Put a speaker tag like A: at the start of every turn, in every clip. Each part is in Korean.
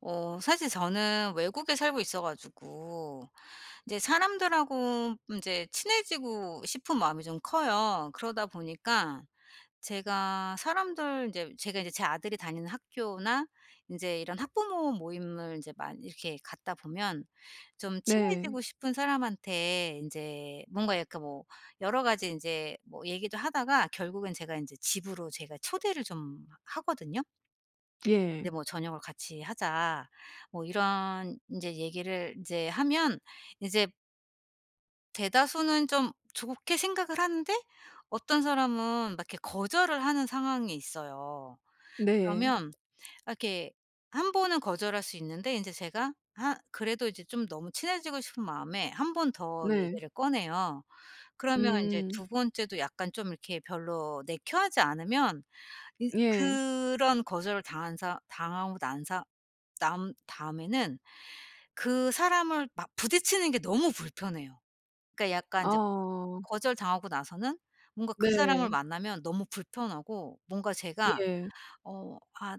A: 사실 저는 외국에 살고 있어 가지고 이제 사람들하고 이제 친해지고 싶은 마음이 좀 커요. 그러다 보니까 제가 사람들 이제 제가 이제 제 아들이 다니는 학교나 이제 이런 학부모 모임을 이제 많이 이렇게 갔다 보면 좀
B: 네.
A: 친해지고 싶은 사람한테 이제 뭔가 약간 뭐 여러 가지 이제 뭐 얘기도 하다가 결국엔 제가 이제 집으로 제가 초대를 좀 하거든요.
B: 예.
A: 이제 뭐 "저녁을 같이 하자." 뭐 이런 이제 얘기를 이제 하면 이제 대다수는 좀 좋게 생각을 하는데, 어떤 사람은 막 이렇게 거절을 하는 상황이 있어요.
B: 네.
A: 그러면 이렇게 한 번은 거절할 수 있는데 이제 제가 그래도 이제 좀 너무 친해지고 싶은 마음에 한 번 더
B: 네.
A: 얘기를 꺼내요. 그러면 이제
B: 음.
A: 두 번째도 약간 좀 이렇게 별로 내켜하지 않으면, 이
B: 예.
A: 그런 거절을 당한 사 당하고 난 사 남 다음에는 그 사람을 막 부딪히는 게 너무 불편해요. 그러니까 약간 인제
B: 아.
A: 거절당하고 나서는 뭔가 그 사람을
B: 네.
A: 만나면 너무 불편하고, 뭔가 제가
B: 예.
A: 어 아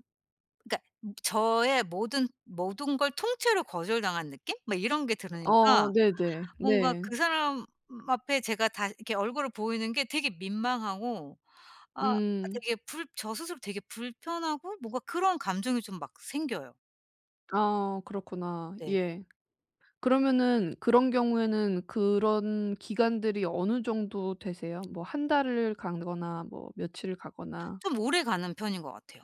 A: 그러니까 저의 모든 걸 통째로 거절당한 느낌? 막 이런 게
B: 어
A: 들으니까
B: 네네.
A: 뭔가
B: 네.
A: 그 사람 앞에 제가 다 이렇게 얼굴을 보이는 게 되게 민망하고, 아
B: 음.
A: 되게 불 저 스스로 되게 불편하고 뭔가 그런 감정이 좀 막 생겨요.
B: 아 그렇구나.
A: 네.
B: 예. 그러면은 그런 경우에는 그런 기간들이 어느 정도 되세요? 뭐 한 달을 가거나 뭐 며칠을 가거나.
A: 좀 오래가는 편인 것 같아요.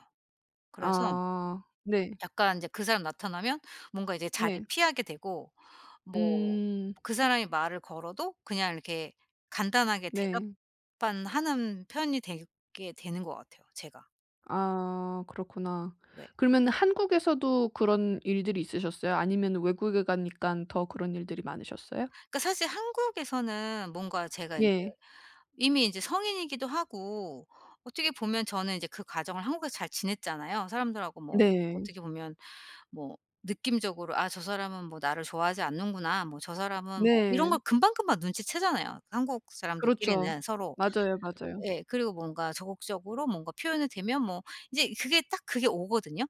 A: 그래서
B: 아. 네.
A: 약간 인제 그 사람 나타나면 뭔가 이제 자리
B: 네.
A: 피하게 되고, 뭐
B: 음.
A: 그 사람이 말을 걸어도 그냥 이렇게 간단하게
B: 네.
A: 대답만 하는 편이 되게 되는 것 같아요 제가.
B: 아 그렇구나.
A: 네.
B: 그러면 한국에서도 그런 일들이 있으셨어요? 아니면 외국에 가니까 더 그런 일들이 많으셨어요?
A: 그러니까 사실 한국에서는 뭔가 제가 인제
B: 예.
A: 이미 이제 성인이기도 하고, 어떻게 보면 저는 이제 그 과정을 한국에서 잘 지냈잖아요. 사람들하고 뭐
B: 네.
A: 어떻게 보면 뭐 느낌적으로 '아 저 사람은 뭐 나를 좋아하지 않는구나.' 뭐 '저 사람은' 뭐 이런
B: 네.
A: 걸 금방금방 눈치채잖아요, 한국
B: 그렇죠.
A: 사람들끼리는 서로.
B: 맞아요, 맞아요.
A: 예. 그리고 뭔가 적극적으로 뭔가 표현이 되면 뭐 이제 그게 딱 그게 오거든요.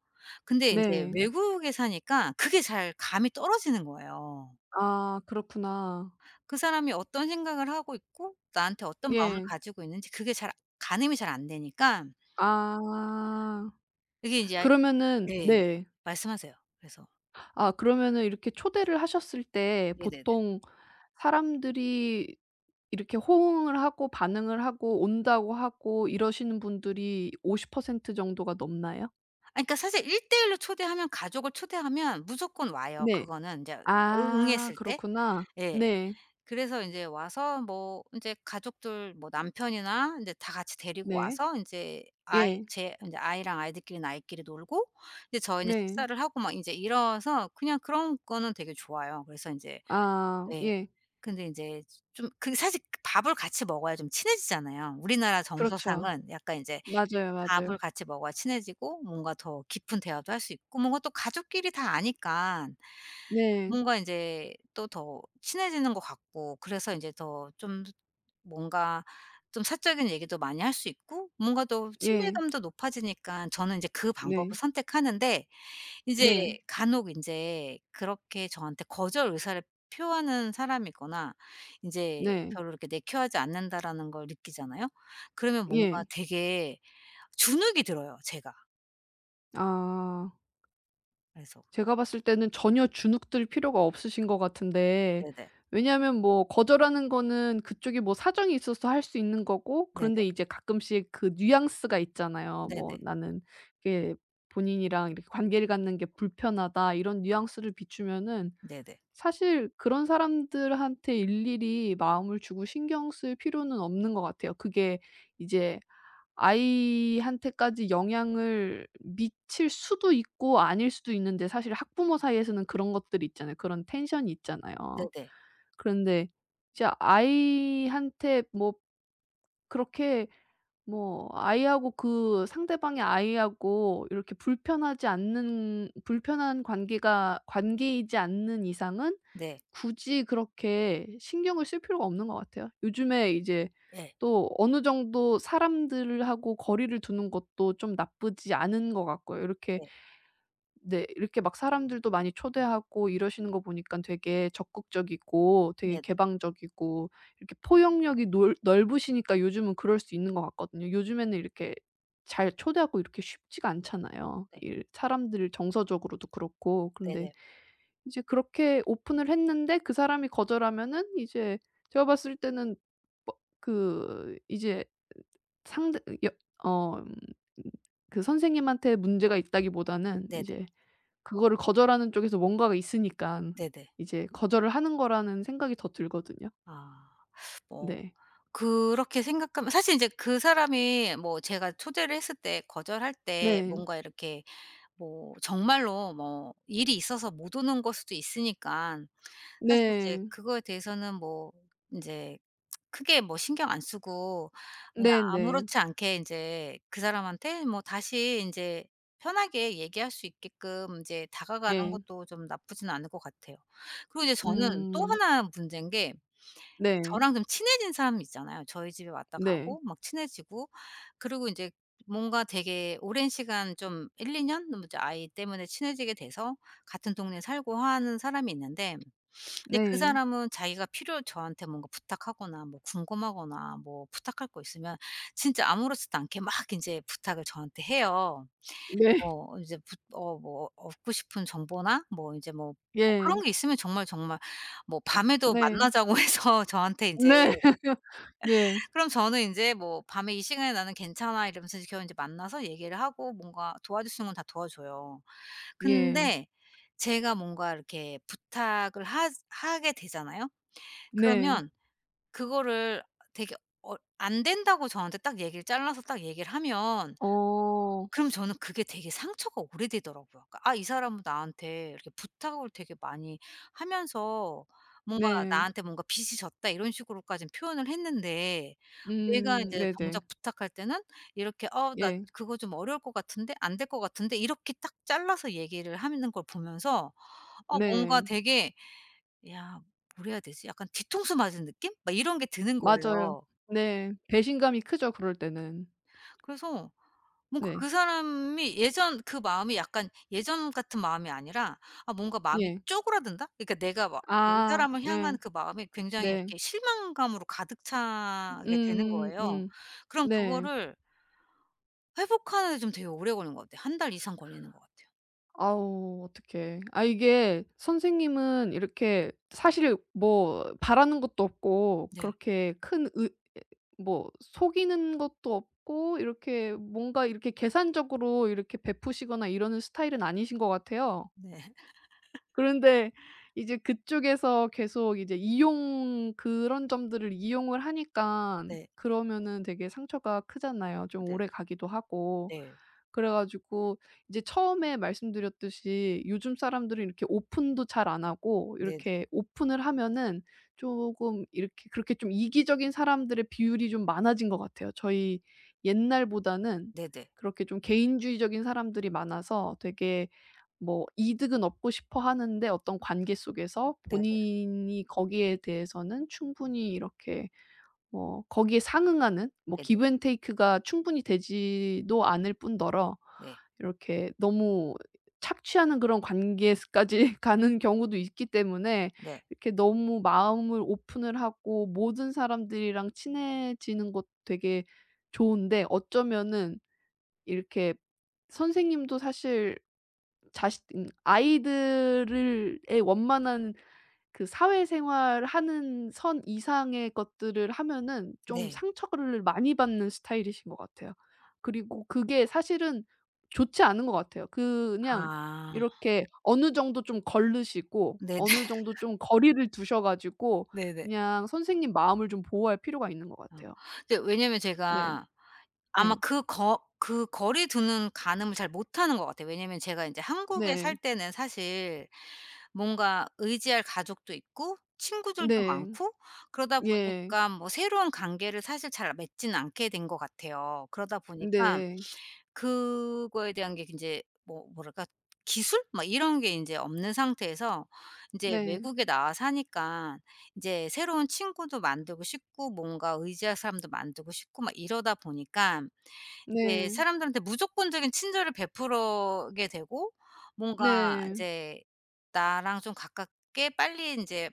A: 근데 인제
B: 네.
A: 외국에 사니까 그게 잘 감이 떨어지는 거예요.
B: 아 그렇구나.
A: 그 사람이 어떤 생각을 하고 있고 나한테 어떤 마음을
B: 예.
A: 가지고 있는지 그게 잘 가늠이 잘 안 되니까
B: 아.
A: 이게 인제 아이
B: 그러면은
A: 네.
B: 네.
A: 말씀하세요. 그래서
B: 아 그러면은 이렇게 초대를 하셨을 때
A: 네네네.
B: 보통 사람들이 이렇게 호응을 하고 반응을 하고 온다고 하고 이러시는 분들이 50% 정도가 넘나요?
A: 그러니까 사실 1대1로 초대하면, 가족을 초대하면 무조건 와요.
B: 네.
A: 그거는 인제 응
B: 아
A: 응했을 때.
B: 그렇구나.
A: 예.
B: 네.
A: 그래서 인제 와서 뭐 인제 가족들, 뭐 남편이나 인제 다 같이 데리고
B: 네.
A: 와서 인제 아이
B: 예.
A: 제 인제 아이랑 아이들끼리는 아이끼리 놀고, 이제 저희는
B: 네.
A: 식사를 하고 막 인제 이래서, 그냥 그런 거는 되게 좋아요. 그래서 인제
B: 아
A: 예.
B: 예.
A: 근데 이제 좀 그 사실 그 밥을 같이 먹어야 좀 친해지잖아요. 우리나라
B: 그렇죠.
A: 정서상은 약간 이제
B: 맞아요, 맞아요.
A: 밥을 같이 먹어야 친해지고, 뭔가 더 깊은 대화도 할 수 있고, 뭔가 또 가족끼리 다 아니까
B: 네.
A: 뭔가 인제 또 더 친해지는 것 같고, 그래서 인제 더 좀 뭔가 좀 사적인 얘기도 많이 할 수 있고 뭔가 더
B: 예.
A: 친밀감도 높아지니까 저는 인제 그 방법을
B: 네.
A: 선택하는데, 이
B: 네.
A: 제 간혹 인제 그렇게 저한테 거절 의사를 표하는 사람이거나 인제
B: 네.
A: 별로 이렇게 내키하지 않는다라는 걸 느끼잖아요. 그러면 뭔가
B: 예.
A: 되게 주눅이 들어요 제가.
B: 아
A: 그래서
B: 제가 봤을 때는 전혀 주눅들 필요가 없으신 것 같은데,
A: 네네.
B: 왜냐하면 뭐 거절하는 거는 그쪽이 뭐 사정이 있어서 할 수 있는 거고,
A: 네네.
B: 그런데 이제 가끔씩 그 뉘앙스가 있잖아요.
A: 네네.
B: 뭐 "나는 이게 본인이랑 이렇게 관계를 갖는 게 불편하다." 이런 뉘앙스를 비추면은
A: 네네.
B: 사실 그런 사람들한테 일일이 마음을 주고 신경 쓸 필요는 없는 것 같아요. 그게 이제 아이한테까지 영향을 미칠 수도 있고 아닐 수도 있는데, 사실 학부모 사이에서는 그런 것들이 있잖아요. 그런 텐션이 있잖아요.
A: 네네.
B: 그런데 이제 아이한테 뭐 그렇게 뭐 아이하고 그 상대방의 아이하고 이렇게 불편하지 않는 불편한 관계가 관계이지 않는 이상은
A: 네.
B: 굳이 그렇게 신경을 쓸 필요가 없는 것 같아요. 요즘에 이제
A: 예.
B: 또 어느 정도 사람들하고 거리를 두는 것도 좀 나쁘지 않은 것 같고요. 이렇게
A: 네.
B: 네 이렇게 막 사람들도 많이 초대하고 이러시는 거 보니까 되게 적극적이고 되게
A: 네네.
B: 개방적이고 이렇게 포용력이 놀 넓으시니까 요즘은 그럴 수 있는 것 같거든요. 요즘에는 이렇게 잘 초대하고 이렇게 쉽지가 않잖아요.
A: 네.
B: 일 사람들을 정서적으로도 그렇고. 근데
A: 네네.
B: 이제 그렇게 오픈을 했는데 그 사람이 거절하면은 이제 제가 봤을 때는 뭐 그 이제 상대 여 어 그 선생님한테 문제가 있다기보다는
A: 네네.
B: 이제 그거를 거절하는 쪽에서 뭔가가 있으니깐
A: 네네.
B: 이제 거절을 하는 거라는 생각이 더 들거든요.
A: 아. 뭐
B: 네.
A: 그렇게 생각하면 사실 인제 그 사람이 뭐 제가 초대를 했을 때 거절할 때
B: 네.
A: 뭔가 이렇게 뭐 정말로 뭐 일이 있어서 못 오는 걸 수도 있으니까, 사실 이제
B: 네.
A: 그거에 대해서는 뭐 인제 크게 뭐 신경 안 쓰고, 그냥
B: 네네.
A: 아무렇지 않게 인제 그 사람한테 뭐 다시 인제 편하게 얘기할 수 있게끔 인제 다가가는
B: 예.
A: 것도 좀 나쁘지는 않을 것 같아요. 그리고 이제 저는 또
B: 음.
A: 하나 문제인 게, 근데
B: 네.
A: 저랑 좀 친해진 사람 있잖아요. 저희 집에 왔다
B: 네.
A: 가고 막 친해지고, 그리고 인제 뭔가 되게 오랜 시간 좀 1-2 년 뭐 이제 아이 때문에 친해지게 돼서 같은 동네에 살고 하는 사람이 있는데, 근데 그
B: 네.
A: 사람은 자기가 필요 저한테 뭔가 부탁하거나 뭐 궁금하거나 뭐 부탁할 거 있으면 진짜 아무렇지도 않게 막 인제 부탁을 저한테 해요.
B: 네.
A: 뭐 이제 부 어 뭐 얻고 싶은 정보나 뭐 인제 뭐
B: 예.
A: 그런 게 있으면 정말, 정말 뭐 밤에도
B: 네.
A: 만나자고 해서 저한테 인제,
B: 네. 예.
A: 그럼 저는 인제 뭐 "밤에 이 시간에 나는 괜찮아." 이러면서 이제 겨우 인제 만나서 얘기를 하고, 뭔가 도와줄 수 있는 건 다 도와줘요.
B: 예.
A: 근데 제가 뭔가 이렇게 부탁을 하 하게 되잖아요?
B: 네.
A: 그러면 그거를 되게 안 된다고 저한테 딱 얘기를 잘라서 딱 얘기를 하면,
B: 어.
A: 그럼 저는 그게 되게 상처가 오래되더라고요. 그러니까 '아 이 사람은 나한테 이렇게 부탁을 되게 많이 하면서 뭔가
B: 네.
A: 나한테 뭔가 빚이 졌다.' 이런 식으로까지 표현을 했는데, 내가 이제
B: 네네.
A: 정작 부탁할 때는 이렇게 '어 나
B: 예.
A: 그거 좀 어려울 것 같은데? 안 될 것 같은데?' 이렇게 딱 잘라서 얘기를 하는 걸 보면서 뭔가
B: 네.
A: 되게 '야 뭐라 해야 되지?' 약간 뒤통수 맞은 느낌? 막 이런 게 드는
B: 맞아요.
A: 거예요.
B: 네. 배신감이 크죠 그럴 때는.
A: 그래서 뭔가
B: 네.
A: 그 사람이 예전 그 마음이, 약간 예전 같은 마음이 아니라 뭔가 마음이
B: 예.
A: 쪼그라든다? 그러니까 내가 막 그
B: 아
A: 사람을
B: 예.
A: 향한 그 마음이 굉장히
B: 네.
A: 이렇게 실망감으로 가득 차게 되는
B: 음음
A: 거예요. 그럼
B: 네.
A: 그거를 회복하는 데 좀 되게 오래 걸리는 것 같아요. 한 달 이상 걸리는 것 같아요.
B: 아우 어떡해. 아 이게 선생님은 이렇게 사실 뭐 바라는 것도 없고
A: 네.
B: 그렇게 큰 의 뭐 속이는 것도 없고 이렇게 뭔가 이렇게 계산적으로 이렇게 베푸시거나 이러는 스타일은 아니신 것 같아요.
A: 네.
B: 그런데 이제 그쪽에서 계속 이제 이용 그런 점들을 이용을 하니깐
A: 네.
B: 그러면은 되게 상처가 크잖아요. 좀
A: 네.
B: 오래가기도 하고.
A: 네.
B: 그래 가지고 이제 처음에 말씀드렸듯이, 요즘 사람들은 이렇게 오픈도 잘 안 하고
A: 네네.
B: 이렇게 오픈을 하면은 쪼금 이렇게 그렇게 좀 이기적인 사람들의 비율이 좀 많아진 것 같아요. 저희 옛날보다는
A: 네네.
B: 그렇게 좀 개인주의적인 사람들이 많아서 되게 뭐 이득은 얻고 싶어 하는데 어떤 관계 속에서
A: 네네.
B: 본인이 거기에 대해서는 충분히 이렇게 뭐 거기에 상응하는 뭐
A: 네네.
B: give and take가 충분히 되지도 않을 뿐더러
A: 네. 네.
B: 이렇게 너무 착취하는 그런 관계까지 가는 경우도 있기 때문에
A: 네. 네. 네.
B: 이렇게 너무 마음을 오픈을 하고 모든 사람들이랑 친해지는 것도 되게 좋은데, 어쩌면은 이렇게 선생님도 사실 자식 아이들을 의 원만한 그 사회생활 하는 선 이상의 것들을 하면은 좀
A: 네.
B: 상처를 많이 받는 스타일이신 것 같아요. 그리고 그게 사실은 좋지 않은 것 같아요. 그냥
A: 아.
B: 이렇게 어느 정도 좀 걸르시고
A: 네네.
B: 어느 정도 좀 거리를 두셔 가지고
A: 네네.
B: 그냥 선생님 마음을 좀 보호할 필요가 있는 것
A: 어.
B: 같아요.
A: 근데 왜냐면
B: 네.
A: 제가 아마
B: 예.
A: 그 거 그 거리 두는 가늠을 잘 못하는 것 같아요. 왜냐면 제가 인제 한국에
B: 네.
A: 살 때는 사실 뭔가 의지할 가족도 있고 친구들도
B: 네.
A: 많고, 그러다
B: 예.
A: 보니까 뭐 새로운 관계를 사실 잘 맺지는 않게 된 것 같아요. 그러다 보니까
B: 네.
A: 그거에 대한 게 인제 뭐 뭐랄까 기술? 막 이런 게 인제 없는 상태에서 인제
B: 네.
A: 외국에 나와 사니까 인제 새로운 친구도 만들고 싶고 뭔가 의지할 사람도 만들고 싶고 막 이러다 보니까 이제
B: 네.
A: 사람들한테 무조건적인 친절을 베풀게 되고, 뭔가
B: 네.
A: 인제 나랑 좀 가깝게 빨리 인제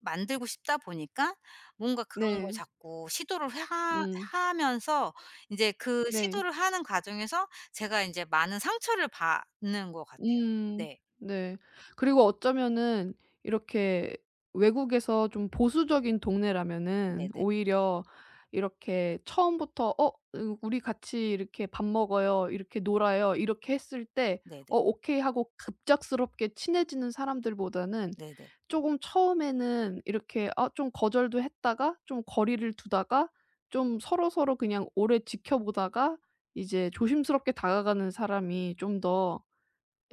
A: 만들고 싶다 보니까 뭔가 그런 걸
B: 네.
A: 자꾸 시도를 하
B: 음.
A: 하면서 인제 그
B: 네.
A: 시도를 하는 과정에서 제가 인제 많은 상처를 받는 것 같아요.
B: 음.
A: 네.
B: 네. 그리고 어쩌면은 이렇게 외국에서 좀 보수적인 동네라면은
A: 네네.
B: 오히려 이렇게 처음부터 "어 으 우리 같이 이렇게 밥 먹어요. 이렇게 놀아요." 이렇게 했을 때
A: 네네.
B: 오케이 하고 급작스럽게 친해지는 사람들보다는
A: 네네.
B: 쪼금 처음에는 이렇게 아 좀 거절도 했다가 좀 거리를 두다가 좀 서로서로 그냥 오래 지켜보다가 이제 조심스럽게 다가가는 사람이 좀더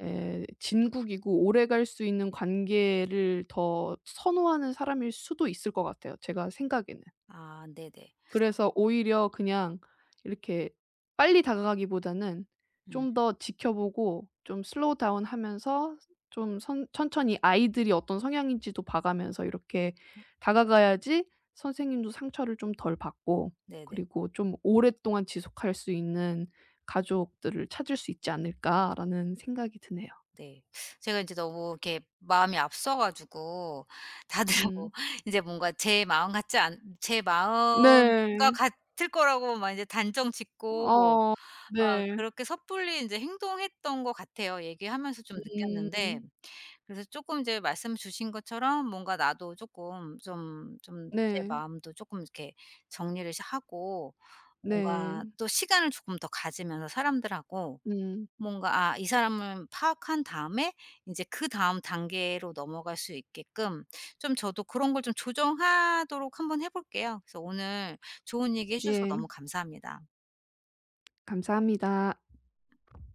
B: 에 진국이고 오래 갈 수 있는 관계를 더 선호하는 사람일 수도 있을 것 같아요, 제가 생각에는.
A: 아 네네.
B: 그래서 오히려 그냥 이렇게 빨리 다가가기보다는
A: 음
B: 좀 더 지켜보고 좀 슬로우 다운 하면서 좀 선 천천히 아이들이 어떤 성향인지도 봐가면서 이렇게 다가가야지 선생님도 상처를 좀 덜 받고,
A: 네네.
B: 그리고 좀 오랫동안 지속할 수 있는 가족들을 찾을 수 있지 않을까라는 생각이 드네요.
A: 네. 제가 이제 너무 이렇게 마음이 앞서 가지고 다들 뭐
B: 음.
A: 제 뭔가 제 마음 같지 않 제
B: 네.
A: 마음과 같을 거라고 막 이제 단정 짓고,
B: 어
A: 아,
B: 네.
A: 그렇게 섣불리 이제 행동했던 것 같아요, 얘기하면서 좀 느꼈는데.
B: 음.
A: 그래서 조금 이제 말씀 주신 것처럼 뭔가 나도 조금 좀 제
B: 네.
A: 마음도 조금 이렇게 정리를 하고, 뭔가
B: 네.
A: 또 시간을 조금 더 가지면서 사람들하고
B: 음.
A: 뭔가 이 사람을 파악한 다음에 이제 그다음 단계로 넘어갈 수 있게끔 좀 저도 그런 걸 좀 조정하도록 한번 해 볼게요. 그래서 오늘 좋은 얘기 해 주셔서
B: 예.
A: 너무 감사합니다.
B: 감사합니다.